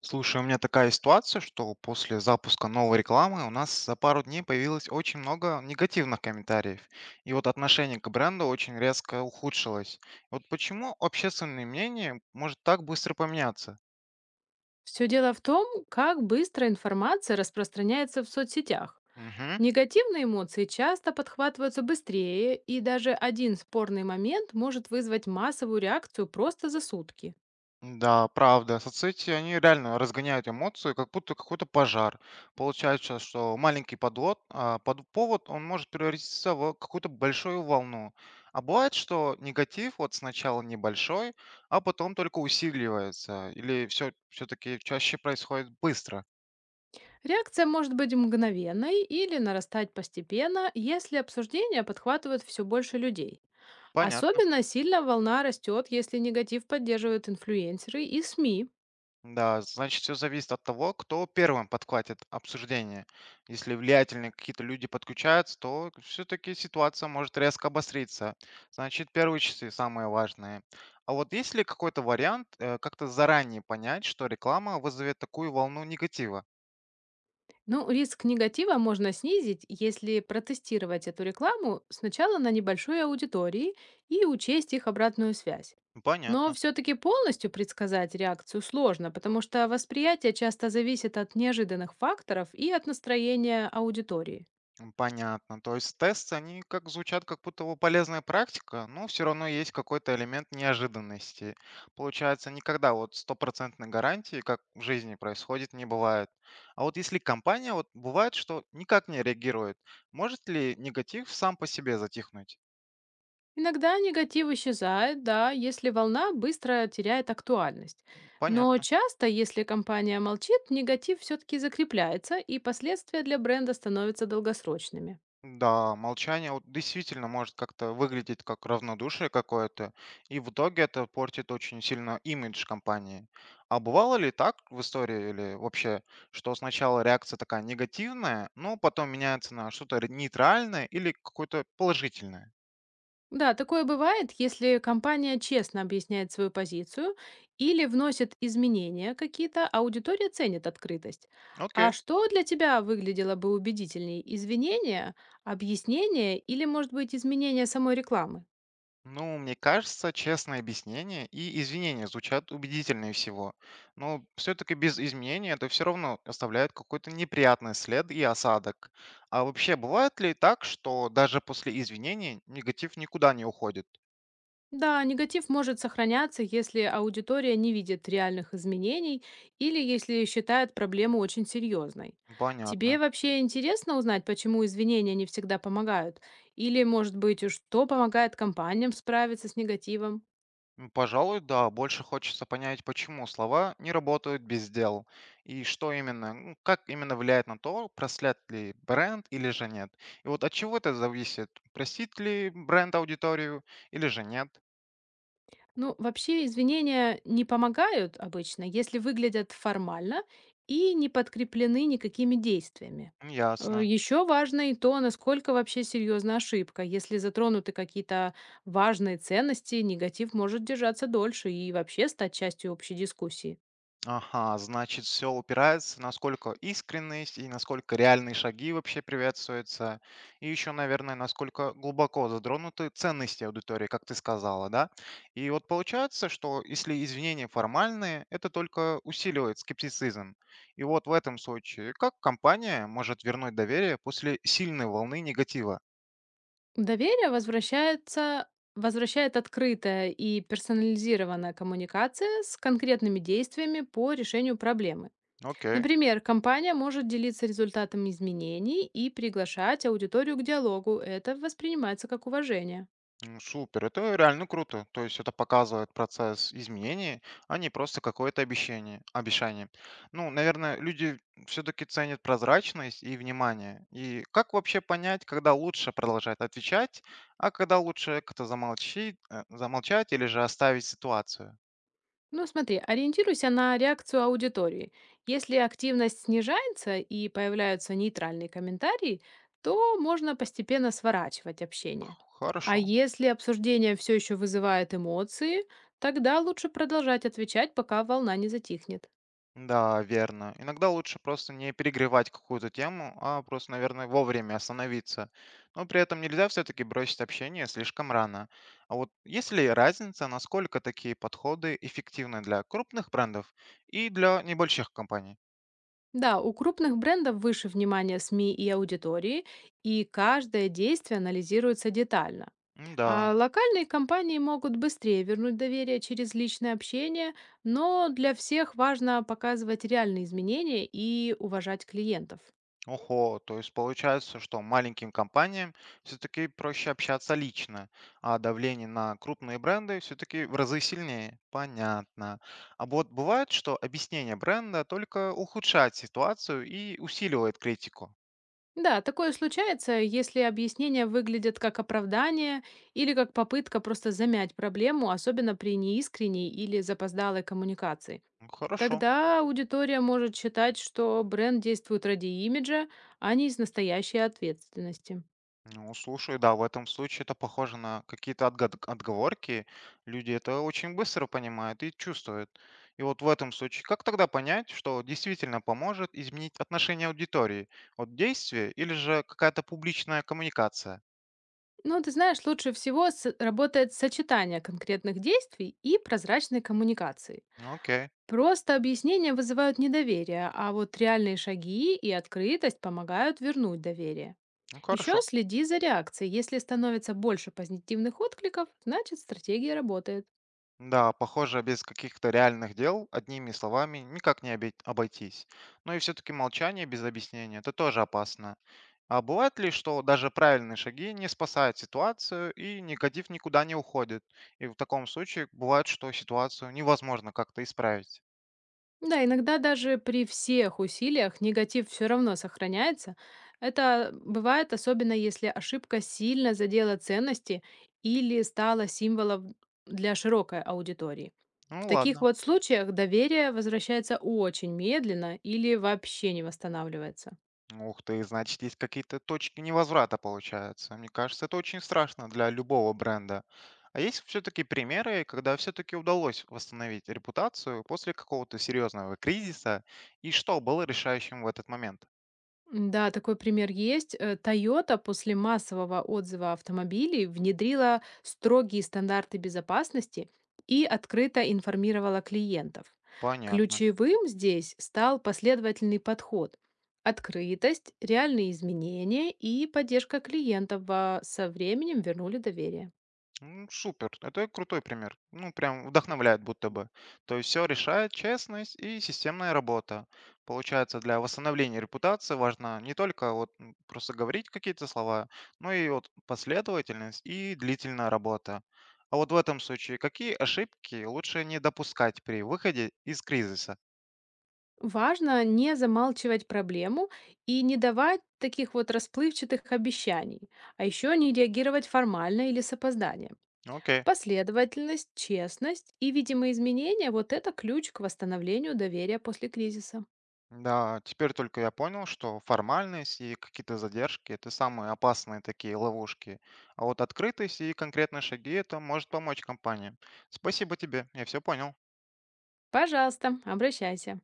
Слушай, у меня такая ситуация, что после запуска новой рекламы у нас за пару дней появилось очень много негативных комментариев. И вот отношение к бренду очень резко ухудшилось. Вот почему общественное мнение может так быстро поменяться? Все дело в том, как быстро информация распространяется в соцсетях. Мгм. Негативные эмоции часто подхватываются быстрее, и даже один спорный момент может вызвать массовую реакцию просто за сутки. Да, правда. Соцсети, они реально разгоняют эмоции, как будто какой-то пожар. Получается, что маленький повод, он может превратиться в какую-то большую волну. А бывает, что негатив вот сначала небольшой, а потом только усиливается. Или все-таки чаще происходит быстро. Реакция может быть мгновенной или нарастать постепенно, если обсуждение подхватывают все больше людей. Понятно. Особенно сильно волна растет, если негатив поддерживают инфлюенсеры и СМИ. Да, значит, все зависит от того, кто первым подхватит обсуждение. Если влиятельные какие-то люди подключаются, то все-таки ситуация может резко обостриться. Значит, первые часы самые важные. А вот есть ли какой-то вариант как-то заранее понять, что реклама вызовет такую волну негатива? Ну, риск негатива можно снизить, если протестировать эту рекламу сначала на небольшой аудитории и учесть их обратную связь. Но Понятно. все-таки полностью предсказать реакцию сложно, потому что восприятие часто зависит от неожиданных факторов и от настроения аудитории. Понятно. То есть тесты, они как звучат, как будто бы полезная практика, но все равно есть какой-то элемент неожиданности. Получается, никогда вот стопроцентной гарантии, как в жизни происходит, не бывает. А вот если компания, вот бывает, что никак не реагирует, может ли негатив сам по себе затихнуть? Иногда негатив исчезает, да, если волна быстро теряет актуальность. Но Понятно. часто, если компания молчит, негатив все-таки закрепляется, и последствия для бренда становятся долгосрочными. Да, молчание вот действительно может как-то выглядеть как равнодушие какое-то, и в итоге это портит очень сильно имидж компании. А бывало ли так в истории или вообще, что сначала реакция такая негативная, но потом меняется на что-то нейтральное или какое-то положительное? Да, такое бывает, если компания честно объясняет свою позицию или вносит изменения какие-то, аудитория ценит открытость. Окей. А что для тебя выглядело бы убедительней? Извинения, объяснение или, может быть, изменение самой рекламы? Ну, мне кажется, честное объяснение и извинения звучат убедительнее всего. Но все-таки без изменения это все равно оставляет какой-то неприятный след и осадок. А вообще, бывает ли так, что даже после извинений негатив никуда не уходит? Да, негатив может сохраняться, если аудитория не видит реальных изменений или если считает проблему очень серьезной. Тебе Понятно. вообще интересно узнать, почему извинения не всегда помогают? Или, может быть, уж что помогает компаниям справиться с негативом? Пожалуй, да, больше хочется понять, почему слова не работают без дел, и что именно, ну, как именно влияет на то, прослят ли бренд или же нет. И вот от чего это зависит, простит ли бренд аудиторию или же нет. Ну, вообще извинения не помогают обычно, если выглядят формально и не подкреплены никакими действиями. Ясно. Еще важно и то, насколько вообще серьезна ошибка. Если затронуты какие-то важные ценности, негатив может держаться дольше и вообще стать частью общей дискуссии. Ага, значит, все упирается, насколько искренность и насколько реальные шаги вообще приветствуются. И еще, наверное, насколько глубоко затронуты ценности аудитории, как ты сказала, да? И вот получается, что если извинения формальные, это только усиливает скептицизм. И вот в этом случае, как компания может вернуть доверие после сильной волны негатива? Доверие возвращается, возвращает открытая и персонализированная коммуникация с конкретными действиями по решению проблемы. Окей. Например, компания может делиться результатами изменений и приглашать аудиторию к диалогу. Это воспринимается как уважение. Супер, это реально круто. То есть это показывает процесс изменений, а не просто какое-то обещание. Ну, наверное, люди все-таки ценят прозрачность и внимание. И как вообще понять, когда лучше продолжать отвечать, а когда лучше как-то замолчать или же оставить ситуацию? Ну, смотри, ориентируйся на реакцию аудитории. Если активность снижается и появляются нейтральные комментарии, то можно постепенно сворачивать общение. Х- А Хорошо. если обсуждение все еще вызывает эмоции, тогда лучше продолжать отвечать, пока волна не затихнет. Да, верно. Иногда лучше просто не перегревать какую-то тему, а просто, наверное, вовремя остановиться. Но при этом нельзя все-таки бросить общение слишком рано. А вот есть ли разница, насколько такие подходы эффективны для крупных брендов и для небольших компаний? Да, у крупных брендов выше внимания СМИ и аудитории, и каждое действие анализируется детально. Да. А локальные компании могут быстрее вернуть доверие через личное общение, но для всех важно показывать реальные изменения и уважать клиентов. Ого, то есть получается, что маленьким компаниям все-таки проще общаться лично, а давление на крупные бренды все-таки в разы сильнее. Понятно. А вот бывает, что объяснение бренда только ухудшает ситуацию и усиливает критику. Да, такое случается, если объяснения выглядят как оправдание или как попытка просто замять проблему, особенно при неискренней или запоздалой коммуникации. Ну, хорошо. Тогда аудитория может считать, что бренд действует ради имиджа, а не из настоящей ответственности. Ну, слушай, да, в этом случае это похоже на какие-то отговорки. Люди это очень быстро понимают и чувствуют. И вот в этом случае, как тогда понять, что действительно поможет изменить отношение аудитории от действия или же какая-то публичная коммуникация? Ну, ты знаешь, лучше всего работает сочетание конкретных действий и прозрачной коммуникации. Ну, окей, Просто объяснения вызывают недоверие, а вот реальные шаги и открытость помогают вернуть доверие. ну Еще хорошо. следи за реакцией. Если становится больше позитивных откликов, значит стратегия работает. Да, похоже, без каких-то реальных дел одними словами никак не обойтись. Ну и все-таки молчание без объяснения – это тоже опасно. А бывает ли, что даже правильные шаги не спасают ситуацию и негатив никуда не уходит? И в таком случае бывает, что ситуацию невозможно как-то исправить. Да, иногда даже при всех усилиях негатив все равно сохраняется. Это бывает особенно, если ошибка сильно задела ценности или стала символом для широкой аудитории. В Ну таких ладно. вот случаях доверие возвращается очень медленно или вообще не восстанавливается. Ух ты, значит, есть какие-то точки невозврата, получается. Мне кажется, это очень страшно для любого бренда. А есть все-таки примеры, когда все-таки удалось восстановить репутацию после какого-то серьезного кризиса, и что было решающим в этот момент? Да, такой пример есть. Toyota после массового отзыва автомобилей внедрила строгие стандарты безопасности и открыто информировала клиентов. Понятно. Ключевым здесь стал последовательный подход, открытость, реальные изменения и поддержка клиентов а со временем вернули доверие. Супер, это крутой пример. Ну, прям вдохновляет будто бы. То есть все решает честность и системная работа. Получается, для восстановления репутации важно не только просто говорить какие-то слова, но и вот последовательность и длительная работа. А вот в этом случае какие ошибки лучше не допускать при выходе из кризиса? Важно не замалчивать проблему и не давать таких вот расплывчатых обещаний, а еще не реагировать формально или с опозданием. Окей. Последовательность, честность и видимые изменения– вот это ключ к восстановлению доверия после кризиса. Да, теперь только я понял, что формальность и какие-то задержки – это самые опасные такие ловушки. А вот открытость и конкретные шаги – это может помочь компаниям. Спасибо тебе, я все понял. Пожалуйста, обращайся.